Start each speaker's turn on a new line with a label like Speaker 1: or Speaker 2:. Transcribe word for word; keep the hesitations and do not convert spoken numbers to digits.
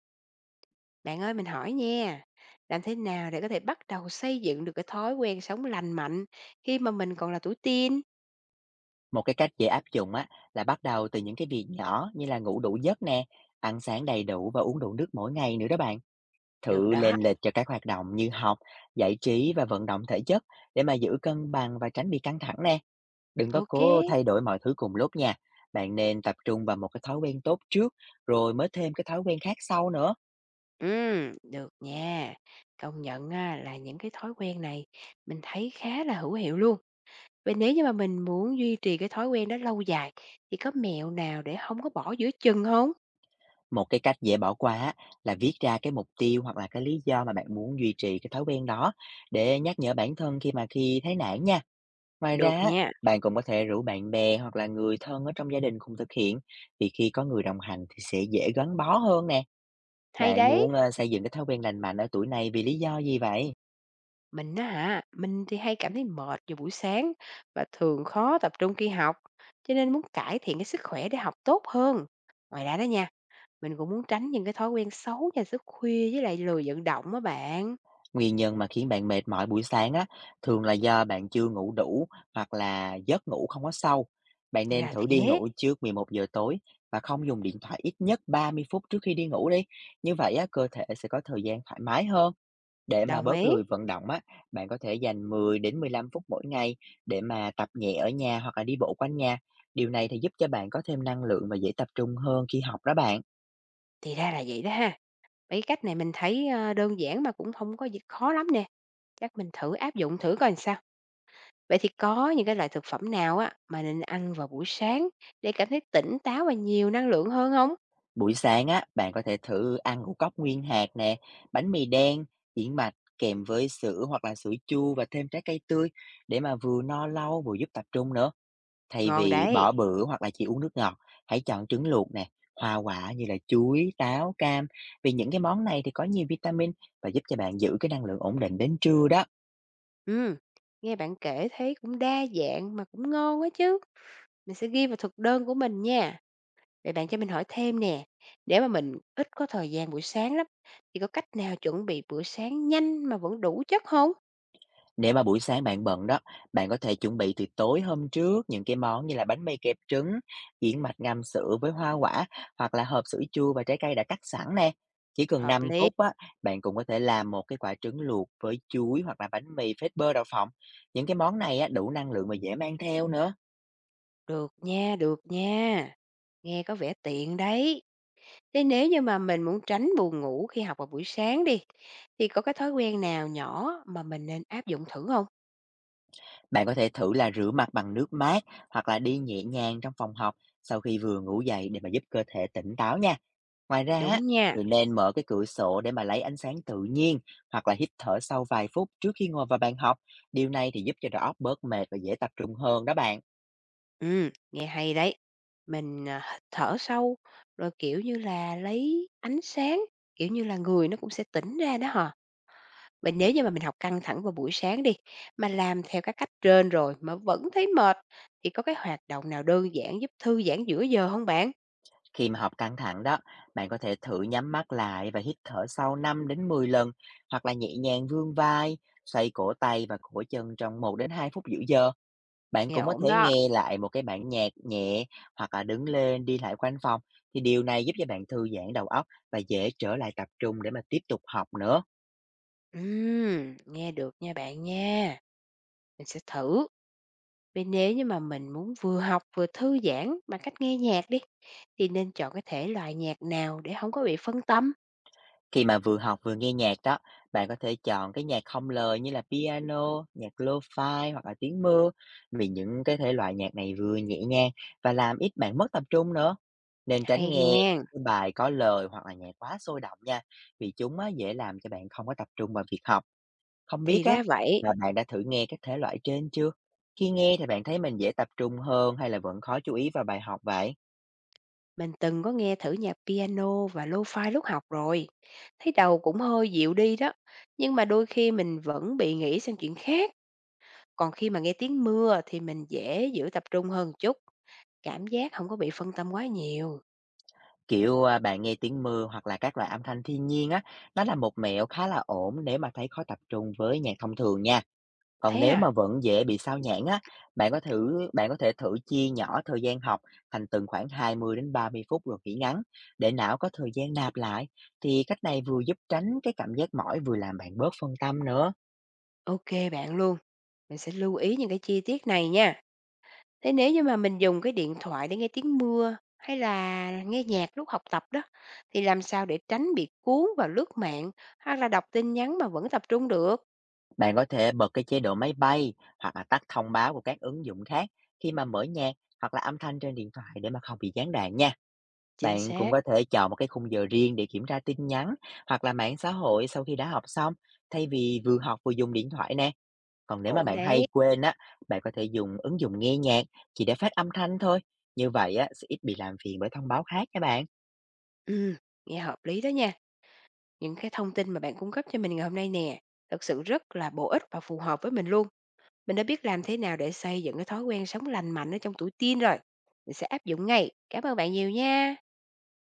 Speaker 1: Bạn ơi mình hỏi nha, làm thế nào để có thể bắt đầu xây dựng được cái thói quen sống lành mạnh khi mà mình còn là tuổi teen?
Speaker 2: Một cái cách dễ áp dụng á là bắt đầu từ những cái việc nhỏ như là ngủ đủ giấc nè, ăn sáng đầy đủ và uống đủ nước mỗi ngày nữa đó bạn.
Speaker 1: Được
Speaker 2: Thử
Speaker 1: đó,
Speaker 2: lên lịch cho các hoạt động như học, giải trí và vận động thể chất để mà giữ cân bằng và tránh bị căng thẳng nè. Đừng có
Speaker 1: ok.
Speaker 2: cố thay đổi mọi thứ cùng lúc nha. Bạn nên tập trung vào một cái thói quen tốt trước rồi mới thêm cái thói quen khác sau nữa.
Speaker 1: Ừm, được nha. Công nhận á, là những cái thói quen này mình thấy khá là hữu hiệu luôn. Vậy nếu như mà mình muốn duy trì cái thói quen đó lâu dài thì có mẹo nào để không có bỏ giữa chừng không?
Speaker 2: Một cái cách dễ bỏ qua á, là viết ra cái mục tiêu hoặc là cái lý do mà bạn muốn duy trì cái thói quen đó để nhắc nhở bản thân khi mà khi thấy nản nha. Ngoài ra
Speaker 1: Được
Speaker 2: á,
Speaker 1: nha,
Speaker 2: bạn cũng có thể rủ bạn bè hoặc là người thân ở trong gia đình cùng thực hiện, vì khi có người đồng hành thì sẽ dễ gắn bó hơn nè.
Speaker 1: hay
Speaker 2: Bạn
Speaker 1: đấy.
Speaker 2: muốn ờ, xây dựng cái thói quen lành mạnh ở tuổi này vì lý do gì vậy?
Speaker 1: Mình á hả, mình thì hay cảm thấy mệt vào buổi sáng và thường khó tập trung khi học, cho nên muốn cải thiện cái sức khỏe để học tốt hơn. Ngoài ra đó nha, mình cũng muốn tránh những cái thói quen xấu như thức khuya với lại lười vận động á bạn.
Speaker 2: Nguyên nhân mà khiến bạn mệt mỏi buổi sáng á, thường là do bạn chưa ngủ đủ hoặc là giấc ngủ không có sâu. Bạn nên
Speaker 1: Là
Speaker 2: thử đi
Speaker 1: thế,
Speaker 2: ngủ trước mười một giờ tối và không dùng điện thoại ít nhất ba mươi phút trước khi đi ngủ đi. Như vậy á, cơ thể sẽ có thời gian thoải mái hơn. Để mà
Speaker 1: đồng
Speaker 2: bớt
Speaker 1: ý.
Speaker 2: lười vận động á, bạn có thể dành mười đến mười lăm phút mỗi ngày để mà tập nhẹ ở nhà hoặc là đi bộ quanh nhà. Điều này thì giúp cho bạn có thêm năng lượng và dễ tập trung hơn khi học đó bạn.
Speaker 1: Thì ra là vậy đó ha. Mấy cách này mình thấy ờ, đơn giản mà cũng không có gì khó lắm nè. Chắc mình thử áp dụng thử coi làm sao. Vậy thì có những cái loại thực phẩm nào á mà nên ăn vào buổi sáng để cảm thấy tỉnh táo và nhiều năng lượng hơn không?
Speaker 2: Buổi sáng á, bạn có thể thử ăn ngũ cốc nguyên hạt nè, bánh mì đen, yến mạch kèm với sữa hoặc là sữa chua và thêm trái cây tươi để mà vừa no lâu vừa giúp tập trung nữa. Thay
Speaker 1: Ngon
Speaker 2: vì
Speaker 1: đấy.
Speaker 2: bỏ bữa hoặc là chỉ uống nước ngọt, hãy chọn trứng luộc nè, hoa quả như là chuối, táo, cam. Vì những cái món này thì có nhiều vitamin và giúp cho bạn giữ cái năng lượng ổn định đến trưa đó.
Speaker 1: Ừ, nghe bạn kể thấy cũng đa dạng mà cũng ngon quá chứ. Mình sẽ ghi vào thực đơn của mình nha. Vậy bạn cho mình hỏi thêm nè, để mà mình ít có thời gian buổi sáng lắm, thì có cách nào chuẩn bị bữa sáng nhanh mà vẫn đủ chất không?
Speaker 2: Nếu mà buổi sáng bạn bận đó, bạn có thể chuẩn bị từ tối hôm trước những cái món như là bánh mì kẹp trứng, yến mạch ngâm sữa với hoa quả hoặc là hộp sữa chua và trái cây đã cắt sẵn nè. Chỉ cần
Speaker 1: Hợp
Speaker 2: năm
Speaker 1: lý.
Speaker 2: phút á, bạn cũng có thể làm một cái quả trứng luộc với chuối hoặc là bánh mì phết bơ đậu phộng. Những cái món này á, đủ năng lượng và dễ mang theo nữa.
Speaker 1: Được nha, được nha. Nghe có vẻ tiện đấy. Thế nếu như mà mình muốn tránh buồn ngủ khi học vào buổi sáng đi, thì có cái thói quen nào nhỏ mà mình nên áp dụng thử không?
Speaker 2: Bạn có thể thử là rửa mặt bằng nước mát hoặc là đi nhẹ nhàng trong phòng học sau khi vừa ngủ dậy để mà giúp cơ thể tỉnh táo nha. Ngoài ra
Speaker 1: Đúng
Speaker 2: á,
Speaker 1: nha.
Speaker 2: thì nên mở cái cửa sổ để mà lấy ánh sáng tự nhiên hoặc là hít thở sâu vài phút trước khi ngồi vào bàn học. Điều này thì giúp cho đầu óc bớt mệt và dễ tập trung hơn đó bạn.
Speaker 1: Ừ, nghe hay đấy. Mình, à, h thở sâu, rồi, kiểu như là, lấy ánh sáng, kiểu như là, người nó cũng sẽ tỉnh ra đó hả? Mình nếu như mà mình học căng thẳng vào buổi sáng đi, mà làm theo các cách trên rồi mà vẫn thấy mệt, thì có cái hoạt động nào đơn giản giúp thư giãn giữa giờ không bạn?
Speaker 2: Khi mà học căng thẳng đó, bạn có thể thử nhắm mắt lại và hít thở sâu năm đến mười lần hoặc là nhẹ nhàng vươn vai, xoay cổ tay và cổ chân trong một đến hai phút giữa giờ. Bạn
Speaker 1: Nghe
Speaker 2: cũng có
Speaker 1: ổn
Speaker 2: thể
Speaker 1: đó.
Speaker 2: nghe lại một cái bản nhạc nhẹ hoặc là đứng lên đi lại quanh phòng, thì điều này giúp cho bạn thư giãn đầu óc và dễ trở lại tập trung để mà tiếp tục học nữa.
Speaker 1: Ừm, nghe được nha bạn nha, mình sẽ thử. Vậy nếu như mà mình muốn vừa học vừa thư giãn bằng cách nghe nhạc đi, thì nên chọn cái thể loại nhạc nào để không có bị phân tâm?
Speaker 2: Khi mà vừa học vừa nghe nhạc đó, bạn có thể chọn cái nhạc không lời như là piano, nhạc lo-fi hoặc là tiếng mưa, vì những cái thể loại nhạc này vừa nhẹ nhàng và làm ít bạn mất tập trung nữa. Nên tránh
Speaker 1: Hay
Speaker 2: nghe
Speaker 1: nghe,
Speaker 2: cái bài có lời hoặc là nhạc quá sôi động nha, vì chúng á, dễ làm cho bạn không có tập trung vào việc học. Không biết
Speaker 1: thì
Speaker 2: á
Speaker 1: ra vậy,
Speaker 2: là bạn đã thử nghe các thể loại trên chưa? Khi nghe thì bạn thấy mình dễ tập trung hơn hay là vẫn khó chú ý vào bài học vậy?
Speaker 1: mình từng có nghe thử nhạc piano và lo-fi lúc học rồi. Thấy đầu cũng hơi dịu đi đó, nhưng mà đôi khi mình vẫn bị nghĩ sang chuyện khác. Còn khi mà nghe tiếng mưa thì mình dễ giữ tập trung hơn chút, cảm giác không có bị phân tâm quá nhiều.
Speaker 2: Kiểu, à, bạn nghe tiếng mưa hoặc là các loại âm thanh thiên nhiên á, nó là một mẹo khá là ổn nếu mà thấy khó tập trung với nhạc thông thường nha. Còn
Speaker 1: Thế
Speaker 2: nếu
Speaker 1: à?
Speaker 2: mà vẫn dễ bị sao nhãng á, bạn có thử bạn có thể thử chia nhỏ thời gian học thành từng khoảng hai mươi đến ba mươi phút rồi nghỉ ngắn để não có thời gian nạp lại. Thì cách này vừa giúp tránh cái cảm giác mỏi vừa làm bạn bớt phân tâm nữa.
Speaker 1: Ok bạn luôn, mình sẽ lưu ý những cái chi tiết này nha. Thế nếu như mà mình dùng cái điện thoại để nghe tiếng mưa hay là nghe nhạc lúc học tập đó, thì làm sao để tránh bị cuốn vào lướt mạng hoặc là đọc tin nhắn mà vẫn tập trung được?
Speaker 2: Bạn có thể bật cái chế độ máy bay hoặc là tắt thông báo của các ứng dụng khác khi mà mở nhạc hoặc là âm thanh trên điện thoại để mà không bị gián đoạn nha.
Speaker 1: Chính
Speaker 2: Bạn cũng
Speaker 1: xác,
Speaker 2: có thể chọn một cái khung giờ riêng để kiểm tra tin nhắn hoặc là mạng xã hội sau khi đã học xong, thay vì vừa học vừa dùng điện thoại nè. Còn nếu mà
Speaker 1: ổn
Speaker 2: bạn hay
Speaker 1: đấy.
Speaker 2: quên á, bạn có thể dùng ứng dụng nghe nhạc chỉ để phát âm thanh thôi. Như vậy á, sẽ ít bị làm phiền bởi thông báo khác các bạn.
Speaker 1: Ừ, nghe hợp lý đó nha. Những cái thông tin mà bạn cung cấp cho mình ngày hôm nay nè, thật sự rất là bổ ích và phù hợp với mình luôn. Mình đã biết làm thế nào để xây dựng cái thói quen sống lành mạnh ở trong tuổi teen rồi. Mình sẽ áp dụng ngay. Cảm ơn bạn nhiều nha.